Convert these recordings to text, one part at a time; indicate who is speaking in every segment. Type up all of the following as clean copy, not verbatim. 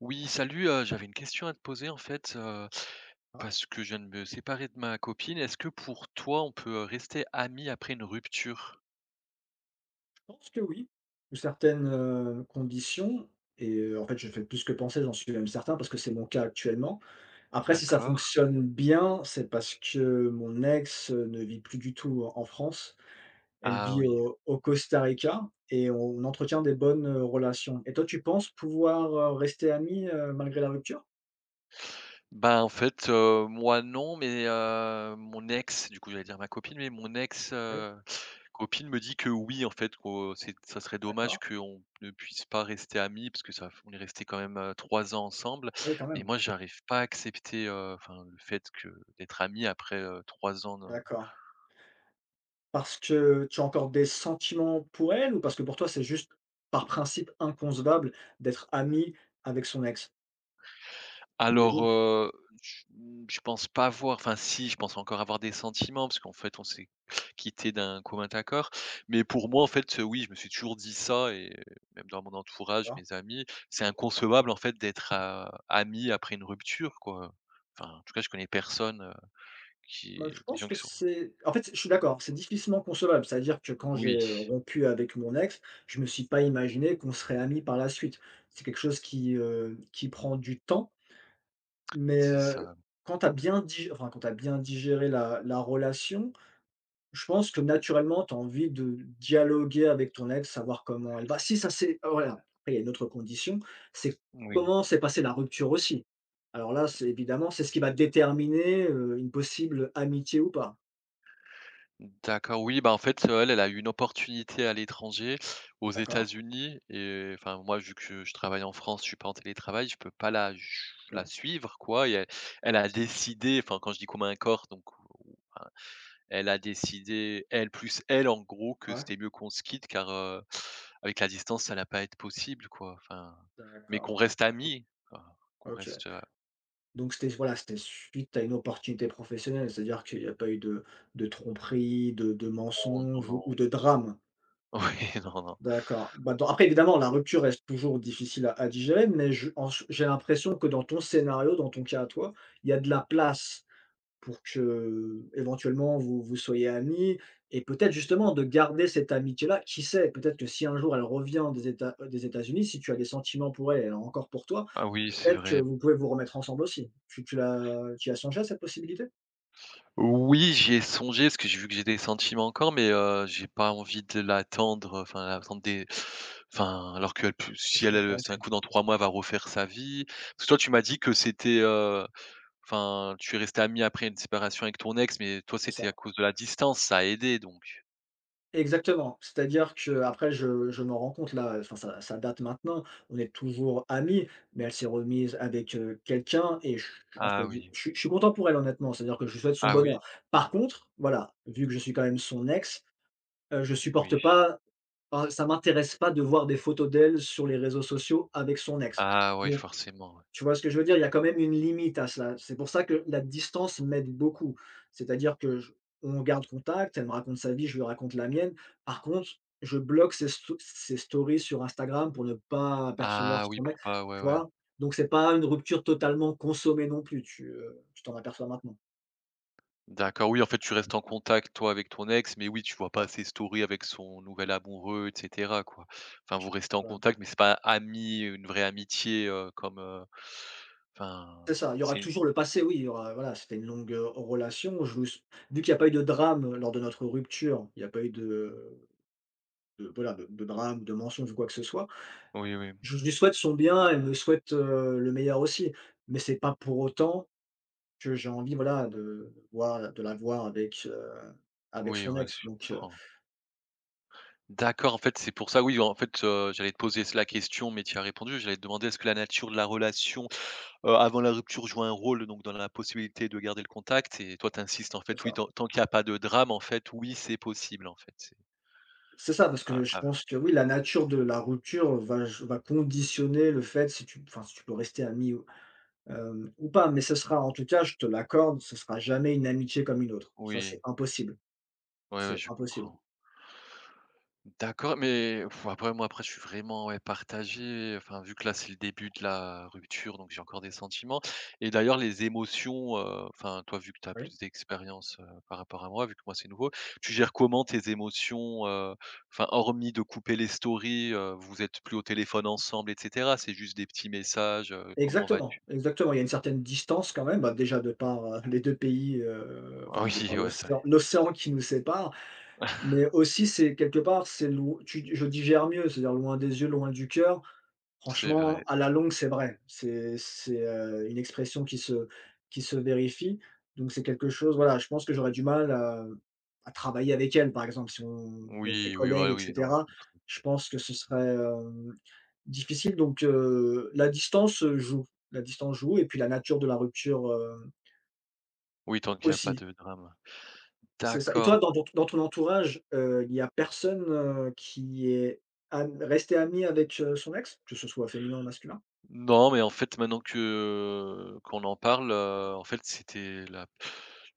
Speaker 1: Oui, salut, j'avais une question à te poser en fait,
Speaker 2: Ouais,
Speaker 1: parce que je viens de me séparer de ma copine. Est-ce que pour toi, on peut, rester amis après une rupture?
Speaker 2: je pense que oui. Sous certaines, conditions et en fait, je fais plus que penser, j'en suis même certain parce que c'est mon cas actuellement. Après si ça
Speaker 1: D'accord.
Speaker 2: fonctionne bien, c'est parce que mon ex, ne vit plus du tout en France. Elle
Speaker 1: Ah
Speaker 2: vit
Speaker 1: oui.
Speaker 2: au Costa Rica et on entretient des bonnes, relations. Et toi, tu penses pouvoir, rester amis, malgré la rupture?
Speaker 1: Bah, en fait, moi non, mais mon ex, du coup, j'allais dire ma copine, mais mon ex,
Speaker 2: Ah oui,
Speaker 1: copine me dit que oui, en fait, qu'on c'est ça serait dommage
Speaker 2: d'accord.
Speaker 1: qu'on ne puisse pas rester amis parce que ça on est resté quand même, 3 ans ensemble.
Speaker 2: Ah oui, quand
Speaker 1: Mais
Speaker 2: même.
Speaker 1: moi, j'arrive pas à accepter, enfin, le fait que d'être amis après, 3 ans.
Speaker 2: D'accord. Parce que tu as encore des sentiments pour elle ou parce que pour toi, c'est juste par principe inconcevable d'être ami avec son ex? Ou les
Speaker 1: Alors,
Speaker 2: deux.
Speaker 1: je pense pas avoir enfin si, je pense encore avoir des sentiments parce qu'en fait, on s'est quitté d'un commun accord. Mais pour moi, en fait, oui, je me suis toujours dit ça et même dans mon entourage,
Speaker 2: D'accord.
Speaker 1: mes amis, c'est inconcevable, en fait, d'être, amis après une rupture, quoi. Enfin, en tout cas, je connais personne,
Speaker 2: Bah, je
Speaker 1: qui des
Speaker 2: pense
Speaker 1: gens
Speaker 2: que
Speaker 1: qui sont
Speaker 2: c'est en fait, je suis d'accord, c'est difficilement concevable. C'est-à-dire que quand
Speaker 1: oui,
Speaker 2: j'ai, rompu avec mon ex, je ne me suis pas imaginé qu'on serait amis par la suite. C'est quelque chose qui prend du temps, mais,
Speaker 1: c'est ça,
Speaker 2: quand t'as bien digéré la relation. Je pense que naturellement, tu as envie de dialoguer avec ton ex, savoir comment elle va. Si ça c'est oh, voilà, après il y a une autre condition, c'est
Speaker 1: oui.
Speaker 2: comment s'est passée la rupture aussi. Alors là, c'est évidemment, c'est ce qui va déterminer, une possible amitié ou pas.
Speaker 1: D'accord, oui, bah, en fait, elle, elle a eu une opportunité à l'étranger, aux
Speaker 2: D'accord.
Speaker 1: États-Unis et enfin, moi, vu que je travaille en France, je suis pas en télétravail, je peux pas la
Speaker 2: OK.
Speaker 1: suivre, quoi et elle elle a décidé, enfin, quand je dis commun accord, donc ou enfin, elle a décidé, elle plus elle, en gros, que
Speaker 2: Ouais.
Speaker 1: c'était mieux qu'on se quitte car, avec la distance, ça allait pas être possible, quoi, enfin, mais qu'on
Speaker 2: D'accord.
Speaker 1: reste
Speaker 2: Donc
Speaker 1: amis, enfin, qu'on
Speaker 2: OK.
Speaker 1: reste,
Speaker 2: Donc c'était voilà, c'était suite à une opportunité professionnelle, c'est-à-dire qu'il n'y a pas eu de tromperie, de
Speaker 1: non, non,
Speaker 2: mensonge ou
Speaker 1: non.
Speaker 2: ou de drame?
Speaker 1: Oui, non, non.
Speaker 2: D'accord. Bah, dans après évidemment, la rupture reste toujours difficile à digérer, mais je en j'ai l'impression que dans ton scénario, dans ton cas à toi, il y a de la place pour que, éventuellement, vous vous soyez amis et peut-être justement de garder cette amitié-là. Qui sait? Peut-être que si un jour elle revient des États-Unis, si tu as des sentiments pour elle, et elle en a encore pour toi,
Speaker 1: Ah oui, c'est
Speaker 2: peut-être que
Speaker 1: vrai.
Speaker 2: vous pouvez vous remettre ensemble aussi. Tu l'as tu y as songé à cette possibilité?
Speaker 1: Oui, j'y ai songé parce que j'ai vu que j'ai des sentiments encore, mais j'ai pas envie de l'attendre, enfin l'attendre des enfin alors qu'elle peut
Speaker 2: Je
Speaker 1: si elle,
Speaker 2: comprends,
Speaker 1: c'est un coup dans 3 mois, elle va refaire sa vie. Parce que toi, tu m'as dit que c'était, enfin tu es resté ami après une séparation avec ton ex, mais toi,
Speaker 2: c'est
Speaker 1: c'était à
Speaker 2: ça.
Speaker 1: cause de la distance, ça a aidé donc?
Speaker 2: Exactement, c'est-à-dire que après, je m'en rends compte là, enfin ça date maintenant, on est toujours amis, mais elle s'est remise avec, quelqu'un et je entre
Speaker 1: Ah
Speaker 2: gui
Speaker 1: oui.
Speaker 2: je suis content pour elle honnêtement, c'est-à-dire que je lui souhaite son
Speaker 1: Ah
Speaker 2: bonheur.
Speaker 1: oui?
Speaker 2: Par contre, voilà, vu que je suis quand même son ex, je supporte
Speaker 1: Oui.
Speaker 2: pas, enfin ça m'intéresse pas de voir des photos d'elle sur les réseaux sociaux avec son ex.
Speaker 1: Ah oui, forcément, ouais.
Speaker 2: Tu vois ce que je veux dire? Il y a quand même une limite à cela. C'est pour ça que la distance m'aide beaucoup. C'est-à-dire que je On garde contact, elle me raconte sa vie, je lui raconte la mienne. Par contre, je bloque ses stories sur Instagram pour ne pas apercevoir
Speaker 1: Ah
Speaker 2: ce
Speaker 1: oui,
Speaker 2: qu'on met,
Speaker 1: pour pas ouais,
Speaker 2: tu
Speaker 1: ouais.
Speaker 2: vois? Donc c'est pas une rupture totalement consommée non plus, tu, tu t'en aperçois maintenant.
Speaker 1: D'accord, oui, en fait, tu restes en contact, toi, avec ton ex, mais oui, tu vois pas
Speaker 2: Voilà,
Speaker 1: ses stories avec son nouvel amoureux, et cetera, quoi. Enfin,
Speaker 2: j
Speaker 1: vous restez en
Speaker 2: voilà.
Speaker 1: contact, mais c'est pas ami, une vraie amitié, comme, enfin,
Speaker 2: C'est ça, il y aura
Speaker 1: c'est
Speaker 2: toujours le passé, oui, il y aura voilà, c'était une longue, relation. Je me sou Vu qu'il y a pas eu de drame lors de notre rupture, il n'y a pas eu de de drame, de mensonge ou quoi que ce soit.
Speaker 1: oui, oui,
Speaker 2: Je lui souhaite son bien, elle me souhaite, le meilleur aussi, mais c'est pas pour autant que j'ai envie, voilà, de la voir avec, avec
Speaker 1: oui,
Speaker 2: son
Speaker 1: ouais, je
Speaker 2: ex, donc
Speaker 1: comprends. D'accord, en fait, c'est pour ça, oui, en fait, j'allais te poser la question, mais tu as répondu. J'allais te demander est-ce que la nature de la relation, avant la rupture joue un rôle, donc dans la possibilité de garder le contact et toi, tu insistes, en
Speaker 2: c'est
Speaker 1: fait, oui,
Speaker 2: ça.
Speaker 1: tant qu'il y a pas de drame, en fait, oui, c'est possible, en fait, c'est
Speaker 2: C'est ça, parce que
Speaker 1: ah
Speaker 2: je
Speaker 1: ah,
Speaker 2: pense que oui, la nature de la rupture va conditionner le fait si si tu peux rester ami ou ou pas, mais ce sera en tout cas, je te l'accorde, ce sera jamais une amitié comme une autre. Ça, c'est
Speaker 1: oui.
Speaker 2: impossible,
Speaker 1: Ouais, ouais,
Speaker 2: c'est
Speaker 1: je
Speaker 2: impossible.
Speaker 1: comprends. D'accord, mais pff, après, moi, après, je suis vraiment ouais, partagé. Enfin, vu que là, c'est le début de la rupture, donc j'ai encore des sentiments. Et d'ailleurs, les émotions, enfin, toi, vu que tu as
Speaker 2: Oui?
Speaker 1: plus d'expérience par rapport à moi, vu que moi, c'est nouveau, tu gères comment tes émotions, enfin, hormis de couper les stories, vous êtes plus au téléphone ensemble, etc. C'est juste des petits messages, comment vas-tu?
Speaker 2: Exactement, exactement. Il y a une certaine distance quand même, bah, déjà de par, les 2 pays,
Speaker 1: Ah
Speaker 2: enfin de par
Speaker 1: oui, ouais, c'est vrai.
Speaker 2: l'océan qui nous sépare, mais aussi c'est quelque part c'est loi tu je digère mieux, c'est-à-dire loin des yeux, loin du cœur.
Speaker 1: C'est
Speaker 2: Franchement,
Speaker 1: vrai.
Speaker 2: à la longue, c'est vrai. C'est une expression qui se vérifie, donc c'est quelque chose voilà, je pense que j'aurais du mal à travailler avec elle, par exemple, si on était
Speaker 1: Oui, oui,
Speaker 2: collègues
Speaker 1: ouais,
Speaker 2: et
Speaker 1: oui, non.
Speaker 2: cetera. Je pense que ce serait, difficile donc la distance, joue. La distance joue et puis la nature de la rupture,
Speaker 1: Oui, tant qu'il n'y a pas
Speaker 2: aussi.
Speaker 1: de drame.
Speaker 2: C'est ça et toi,
Speaker 1: D'accord.
Speaker 2: dans ton entourage, il y a personne, qui est am restée amie avec, son ex? Que ce soit féminin ou masculin?
Speaker 1: Non, mais en fait, maintenant que qu'on en parle, en fait, c'était la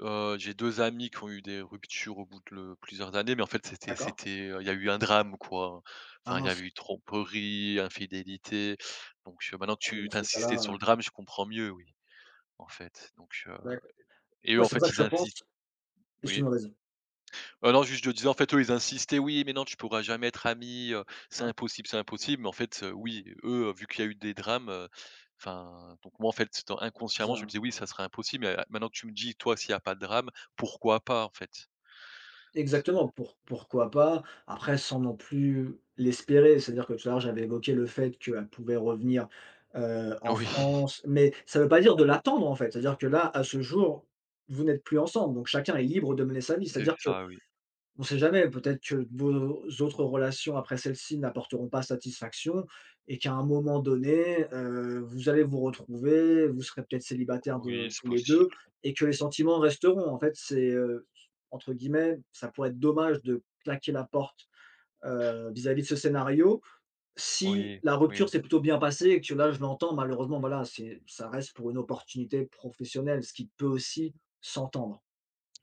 Speaker 1: j'ai 2 amis qui ont eu des ruptures au bout de le plusieurs années, mais en fait, c'était
Speaker 2: D'accord.
Speaker 1: c'était, heu, il y a eu un drame, quoi.
Speaker 2: Ah
Speaker 1: Enfin, il y
Speaker 2: mince.
Speaker 1: avait eu tromperie, infidélité, donc maintenant que
Speaker 2: Ah oui,
Speaker 1: tu
Speaker 2: dans
Speaker 1: tu
Speaker 2: ce
Speaker 1: insistais sur
Speaker 2: cas-là,
Speaker 1: le drame, je comprends mieux, oui, en fait, donc
Speaker 2: d'accord.
Speaker 1: et eux,
Speaker 2: Ouais,
Speaker 1: en
Speaker 2: c'est pour ça
Speaker 1: fait,
Speaker 2: que
Speaker 1: ils
Speaker 2: je pense,
Speaker 1: insistent oui?
Speaker 2: excuse-moi, vas-y.
Speaker 1: Non, juste je disais, en fait, eux, ils insistaient: «Oui, mais non, tu pourras jamais être ami, c'est
Speaker 2: Ouais.
Speaker 1: impossible, c'est impossible». Mais en fait, oui, eux, vu qu'il y a eu des drames, enfin, donc moi, en fait, c'était
Speaker 2: C'est
Speaker 1: inconsciemment, je me
Speaker 2: ça.
Speaker 1: disais: «Oui, ça serait impossible», mais maintenant que tu me dis, toi, s'il n'y a pas de drame, pourquoi pas, en fait? C'est
Speaker 2: Exactement, pour pourquoi pas? Après, sans non plus l'espérer, c'est-à-dire que tout à l'heure, j'avais évoqué le fait qu'elle pouvait revenir, en
Speaker 1: oui,
Speaker 2: France, mais ça ne veut pas dire de l'attendre, en fait. C'est-à-dire que là, à ce jour, vous n'êtes plus ensemble, donc chacun est libre de mener sa vie.
Speaker 1: c'est
Speaker 2: C'est-à-dire que
Speaker 1: ça, oui.
Speaker 2: On ne sait jamais, peut-être que vos autres relations après celle-ci n'apporteront pas satisfaction et qu'à un moment donné, vous allez vous retrouver, vous serez peut-être célibataires
Speaker 1: Oui,
Speaker 2: de
Speaker 1: c'est
Speaker 2: tous les 2
Speaker 1: possible.
Speaker 2: et que les sentiments resteront. En fait, c'est, entre guillemets, ça pourrait être dommage de claquer la porte, vis-à-vis de ce scénario. Si
Speaker 1: Oui,
Speaker 2: la
Speaker 1: oui,
Speaker 2: rupture
Speaker 1: oui.
Speaker 2: s'est plutôt bien passée et que là, je l'entends malheureusement, voilà, c'est ça reste pour une opportunité professionnelle, ce qui peut aussi s'entendre.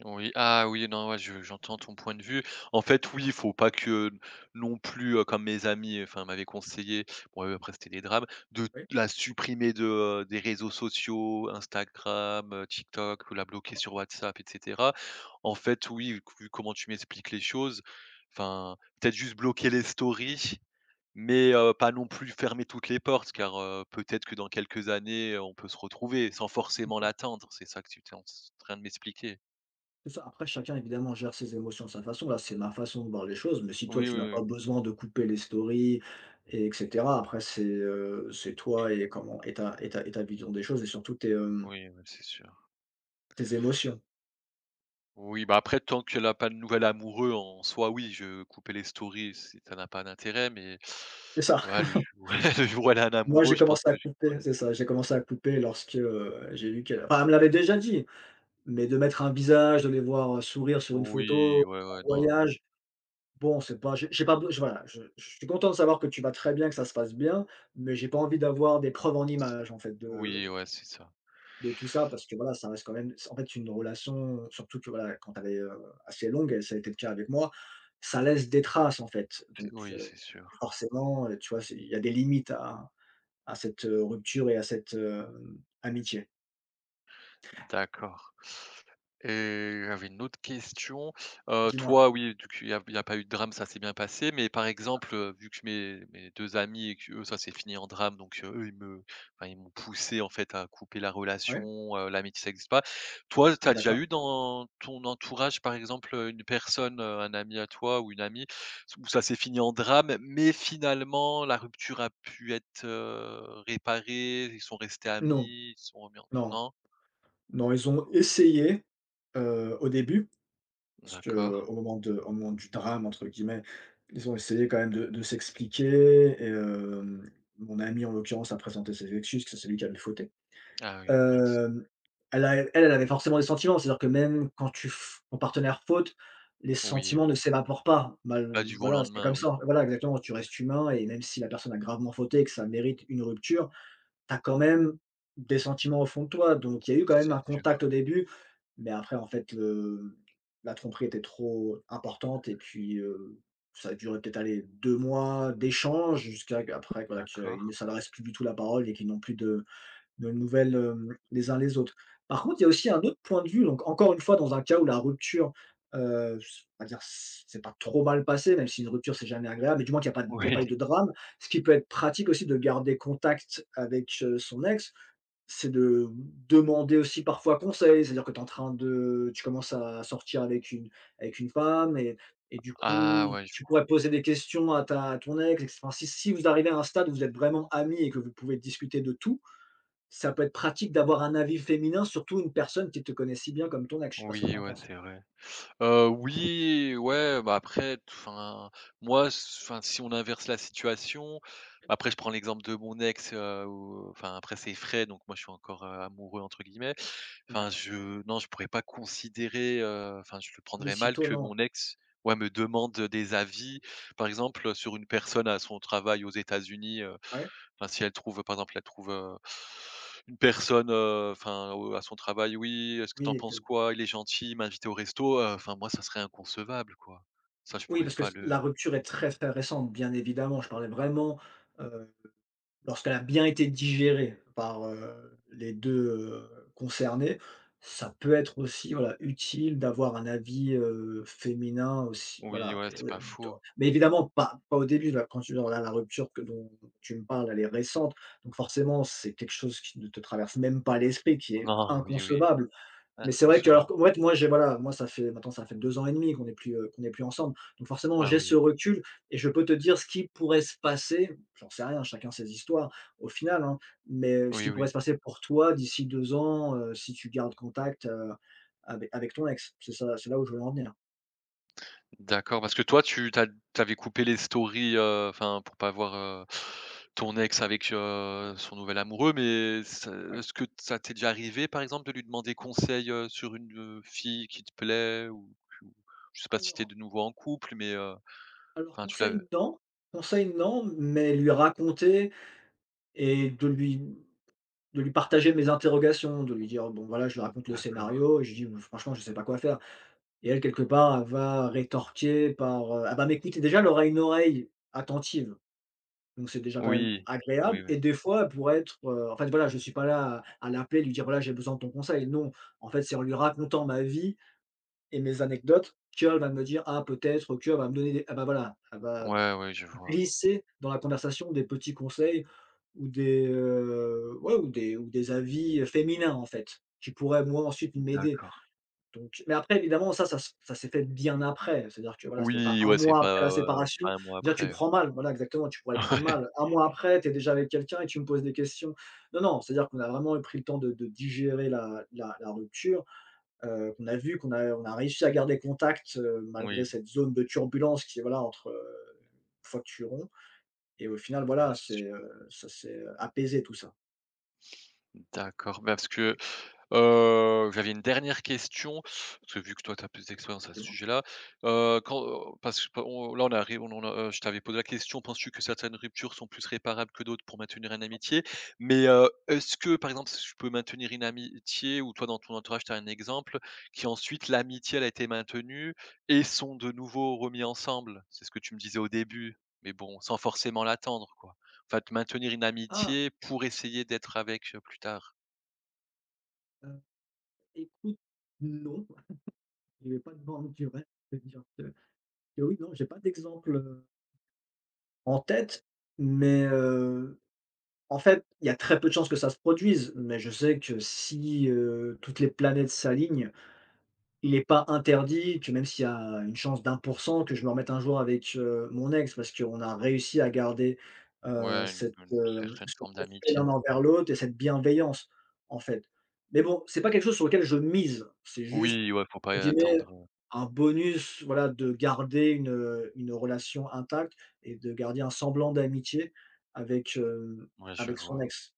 Speaker 1: Oui, ah oui, non, ouais, je j'entends ton point de vue. En fait, oui, il faut pas que non plus, comme mes amis, enfin, m'avaient conseillé, bon, eux, après c'était des drames, de la supprimer de, des réseaux sociaux, Instagram, TikTok ou la bloquer sur WhatsApp et cetera. En fait, oui, vu comment tu m'expliques les choses, enfin, peut-être juste bloquer les stories, mais pas non plus fermer toutes les portes car, peut-être que dans quelques années, on peut se retrouver sans forcément
Speaker 2: Oui.
Speaker 1: l'attendre. C'est ça que tu es en train de m'expliquer.
Speaker 2: C'est ça. Après, chacun évidemment gère ses émotions de sa façon. Là, c'est ma façon de voir les choses, mais si toi
Speaker 1: Oui, oui,
Speaker 2: tu n'as
Speaker 1: oui.
Speaker 2: pas besoin de couper les stories et etc. après c'est toi et comment et ta vision des choses et surtout tes,
Speaker 1: Oui, oui, c'est sûr.
Speaker 2: tes émotions.
Speaker 1: Oui, bah, après tant qu'elle a pas de nouvel amoureux en soi, oui, je coupais les stories, c'est ça n'a pas d'intérêt, mais
Speaker 2: C'est ça.
Speaker 1: ouais, le jour ouais, le jour où elle a un
Speaker 2: Moi, j'ai
Speaker 1: amoureux, je pense
Speaker 2: commencé à
Speaker 1: que je
Speaker 2: couper,
Speaker 1: couperai.
Speaker 2: c'est ça, j'ai commencé à couper lorsque, j'ai vu qu'elle enfin, elle me l'avait déjà dit, mais de mettre un visage, de les voir, sourire sur une
Speaker 1: Oui,
Speaker 2: photo,
Speaker 1: ouais,
Speaker 2: en
Speaker 1: ouais, non,
Speaker 2: voyage, bon, c'est pas j'ai j'ai pas be je- voilà, je suis content de savoir que tu vas très bien, que ça se passe bien, mais j'ai pas envie d'avoir des preuves en
Speaker 1: c'est
Speaker 2: images en fait
Speaker 1: oui, ouais, c'est ça.
Speaker 2: de tout ça parce que voilà, ça reste quand même en fait une relation, surtout que voilà, quand elle est, assez longue et ça a été le cas avec moi, ça laisse des traces en fait.
Speaker 1: C'est
Speaker 2: Donc
Speaker 1: oui, c'est sûr.
Speaker 2: forcément, tu vois, c'est il y a des limites à cette, rupture et à cette, amitié.
Speaker 1: D'accord. Et j'avais une autre question.
Speaker 2: Dis-moi?
Speaker 1: Toi, oui, du coup, il y a pas eu de drame, ça s'est bien passé. Mais par exemple, vu que mes 2 amis et qu'eux, ça s'est fini en drame, donc eux, ils me enfin, ils m'ont poussé, en fait, à couper la
Speaker 2: Oui?
Speaker 1: relation, l'amitié, ça existe pas. Toi, tu as déjà
Speaker 2: D'accord.
Speaker 1: eu dans ton entourage, par exemple, une personne, un ami à toi ou une amie, où ça s'est fini en drame, mais finalement, la rupture a pu être, réparée, ils sont restés
Speaker 2: Non,
Speaker 1: amis, ils se sont remis en
Speaker 2: non,
Speaker 1: non?
Speaker 2: non, ils ont essayé, au début, parce que
Speaker 1: D'accord.
Speaker 2: au moment du «drame» entre guillemets, ils ont essayé quand même de s'expliquer et mon ami en l'occurrence a présenté ses excuses, que c'est lui qui avait faute.
Speaker 1: Ah oui, mince.
Speaker 2: Hem, elle a elle avait forcément des sentiments, c'est-à-dire que même quand tu f ton partenaire faute, les
Speaker 1: Oui, oui.
Speaker 2: sentiments ne s'évaporent pas. Mal
Speaker 1: Pas du jour au
Speaker 2: voilà, c'est
Speaker 1: lendemain,
Speaker 2: comme
Speaker 1: oui,
Speaker 2: ça. Voilà, exactement, tu restes humain et même si la personne a gravement fauté et que ça mérite une rupture, tu as quand même des sentiments au fond de toi. Donc il y a eu quand même
Speaker 1: c'est
Speaker 2: un contact
Speaker 1: sûr.
Speaker 2: au début, mais après en fait, le la tromperie était trop importante et puis, ça a duré peut-être, allez, 2 mois d'échanges jusqu'à qu'après, voilà,
Speaker 1: D'accord.
Speaker 2: qu'ils ne s'adressent plus du tout la parole et qu'ils n'ont plus de nouvelles, les uns les autres. Par contre, il y a aussi un autre point de vue, donc encore une fois, dans un cas où la rupture, s on va dire c'est pas trop mal passé, même si une rupture, c'est jamais agréable, mais du moins qu'il y a pas il y a
Speaker 1: Oui.
Speaker 2: pas eu de drame. Ce qui peut être pratique aussi de garder contact avec, son ex, c'est de demander aussi parfois conseil. C'est-à-dire que tu en train de tu commences à sortir avec une femme et du coup,
Speaker 1: Ah ouais, je
Speaker 2: tu pourrais poser des questions à ta à ton ex et cetera. Enfin, si vous arrivez à un stade où vous êtes vraiment amis et que vous pouvez discuter de tout, ça peut être pratique d'avoir un avis féminin, surtout une personne qui te connaît si bien comme ton ex, je sais pas ce que tu
Speaker 1: oui,
Speaker 2: en
Speaker 1: ouais,
Speaker 2: penses?
Speaker 1: c'est vrai. Oui, ouais, bah, après enfin, moi enfin, si on inverse la situation, après je prends l'exemple de mon ex, où enfin, après c'est «frais», donc moi je suis encore, «amoureux» entre guillemets. Enfin,
Speaker 2: D'accord.
Speaker 1: je non, je pourrais pas considérer, enfin, je le
Speaker 2: Oui,
Speaker 1: prendrais
Speaker 2: si
Speaker 1: mal
Speaker 2: toi
Speaker 1: que
Speaker 2: non.
Speaker 1: mon ex, ouais, me demande, des avis, par exemple, sur une personne à son travail aux États-Unis.
Speaker 2: Ah ouais?
Speaker 1: Enfin, si elle trouve, par exemple, elle trouve, une personne, enfin, au à son travail: «Oui, est-ce que t'en
Speaker 2: Oui, que
Speaker 1: penses quoi? Il est gentil, il m'a invité au resto», enfin, moi, ça serait inconcevable, quoi. Ça, je
Speaker 2: oui
Speaker 1: pourrais
Speaker 2: parce que
Speaker 1: pas
Speaker 2: c la
Speaker 1: le
Speaker 2: rupture est très, très récente, bien évidemment. Je parlais vraiment, euh, lorsqu'elle a bien été digérée par, les 2 concernés, ça peut être aussi, voilà, utile d'avoir un avis, féminin aussi,
Speaker 1: oui,
Speaker 2: voilà
Speaker 1: ouais,
Speaker 2: et
Speaker 1: c'est pas
Speaker 2: d
Speaker 1: faux.
Speaker 2: Mais évidemment pas au début, là, quand tu dans la rupture que dont tu me parles, elle est récente, donc forcément, c'est quelque chose qui ne te traverse même pas l'esprit, qui est
Speaker 1: Non, oui, oui,
Speaker 2: inconcevable. Mais c'est vrai que alors
Speaker 1: inconcevable.
Speaker 2: qu'en fait, moi, j'ai voilà, moi, ça fait maintenant ça fait 2 ans et demi qu'on n'est plus ensemble. Donc forcément,
Speaker 1: Ah
Speaker 2: j'ai ce
Speaker 1: oui,
Speaker 2: recul et je peux te dire ce qui pourrait se passer, j'en sais rien, chacun ses histoires au final, hein, mais ce
Speaker 1: oui,
Speaker 2: qui pourrait
Speaker 1: oui.
Speaker 2: se passer pour toi d'ici 2 ans, si tu gardes contact, avec ton ex. C'est ça, c'est là où je veux en venir.
Speaker 1: D'accord, parce que toi, tu as coupé les stories, enfin, pour pas voir, ton ex avec, son nouvel amoureux, mais ça
Speaker 2: Ouais.
Speaker 1: est-ce que ça t'est déjà arrivé, par exemple, de lui demander conseil, sur une, fille qui te plaît ou ou je sais pas si t'es
Speaker 2: Alors
Speaker 1: de nouveau en couple, mais,
Speaker 2: alors
Speaker 1: enfin, tu l'avais.
Speaker 2: conseil non, mais lui raconter et de lui partager mes interrogations, de lui dire: «Bon voilà, je lui
Speaker 1: Mmh,
Speaker 2: raconte le
Speaker 1: d'accord.
Speaker 2: scénario et je dis: bon, "Franchement, je sais pas quoi faire"». Et elle, quelque part, elle va rétorquer par, elle va m'écouter. Déjà, elle aura une oreille attentive, donc c'est déjà quand même
Speaker 1: Oui, oui,
Speaker 2: agréable
Speaker 1: oui.
Speaker 2: et des fois, elle pourrait être, en fait, voilà, je ne suis pas là à l'appeler, lui dire: «Voilà, j'ai besoin de ton conseil». Non, en fait, c'est en lui racontant ma vie et mes anecdotes qu'elle va me dire: «Ah, peut-être que», elle va me donner des elle va, voilà, elle va
Speaker 1: Ouais, ouais, je vois.
Speaker 2: glisser dans la conversation des petits conseils ouais, ou des avis, féminins, en fait, qui pourraient, moi, ensuite m'aider.
Speaker 1: D'accord.
Speaker 2: Donc mais après évidemment ça s'est fait bien après, c'est-à-dire que voilà, c'était pas
Speaker 1: Oui,
Speaker 2: un
Speaker 1: ouais, c'est
Speaker 2: mois
Speaker 1: pas,
Speaker 2: après la
Speaker 1: pas
Speaker 2: séparation.
Speaker 1: 1 mois
Speaker 2: Déjà tu le
Speaker 1: après, ouais.
Speaker 2: prends mal, voilà exactement, tu pourrais le prendre mal. 1 mois après, tu es déjà avec quelqu'un et tu me poses des questions. Non, non, c'est-à-dire qu'on a vraiment pris le temps de digérer la rupture, qu'on a vu qu'on a réussi à garder contact,
Speaker 1: Ouais,
Speaker 2: malgré
Speaker 1: oui,
Speaker 2: cette zone de turbulence qui est voilà entre, une fois que tu romps et au final
Speaker 1: bien
Speaker 2: voilà,
Speaker 1: sûr.
Speaker 2: ça s'est, apaisé tout ça.
Speaker 1: D'accord, bah, parce que, j'avais une dernière question, parce que vu que toi tu as plus d'expérience à ce
Speaker 2: Finalement.
Speaker 1: sujet-là, quand parce que on là on arrive on en a je t'avais posé la question: «Penses-tu que certaines ruptures sont plus réparables que d'autres pour maintenir une amitié?» mais, est-ce que par exemple, si je peux maintenir une amitié ou toi dans ton entourage, tu as un exemple qui ensuite l'amitié elle a été maintenue et sont de nouveau remis ensemble? C'est ce que tu me disais au début, mais bon, sans forcément l'attendre, quoi. Enfin, de maintenir une
Speaker 2: Ah,
Speaker 1: amitié pour essayer d'être avec, plus tard.
Speaker 2: heu, écoute, non, il y avait pas de borne durée, je peux et oui, non, j'ai pas d'exemple, en tête, mais, en fait, il y a très peu de chances que ça se produise, mais je sais que si, toutes les planètes s'alignent, il n'est pas interdit que même s'il y a une chance d'1% que je me remette un jour avec, mon ex parce qu'on a réussi à garder,
Speaker 1: Ouais, une une certaine
Speaker 2: ce
Speaker 1: forme
Speaker 2: respect
Speaker 1: d'amitié.
Speaker 2: l'un envers l'autre et cette bienveillance, en fait. Mais bon, c'est pas quelque chose sur lequel je mise, c'est juste
Speaker 1: Oui, ouais, faut
Speaker 2: entre
Speaker 1: pas
Speaker 2: guillemets,
Speaker 1: attendre,
Speaker 2: un bonus, voilà, de garder une relation intacte et de garder un semblant d'amitié avec, heu,
Speaker 1: ouais, je
Speaker 2: avec son
Speaker 1: vois.
Speaker 2: ex.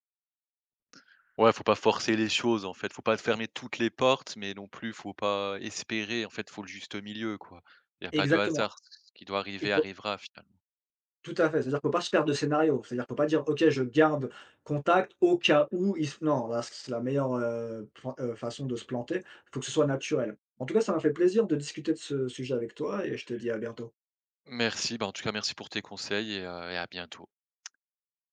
Speaker 1: Ouais, faut pas forcer les choses, en fait. Faut pas fermer toutes les portes, mais non plus, faut pas espérer. En fait, faut le juste milieu, quoi. Il y a pas de
Speaker 2: Exactement.
Speaker 1: hasard. Ce qui doit
Speaker 2: Il
Speaker 1: arriver,
Speaker 2: faut
Speaker 1: arrivera, finalement.
Speaker 2: Tout à fait, c'est-à-dire faut pas se faire de scénario, c'est-à-dire faut pas dire: «OK, je garde contact au cas où il se» non, là, c'est la meilleure, plan façon de se planter. Faut que ce soit naturel. En tout cas, ça m'a fait plaisir de discuter de ce sujet avec toi et je te dis à bientôt.
Speaker 1: Merci, bah, en tout cas, merci pour tes conseils et à bientôt.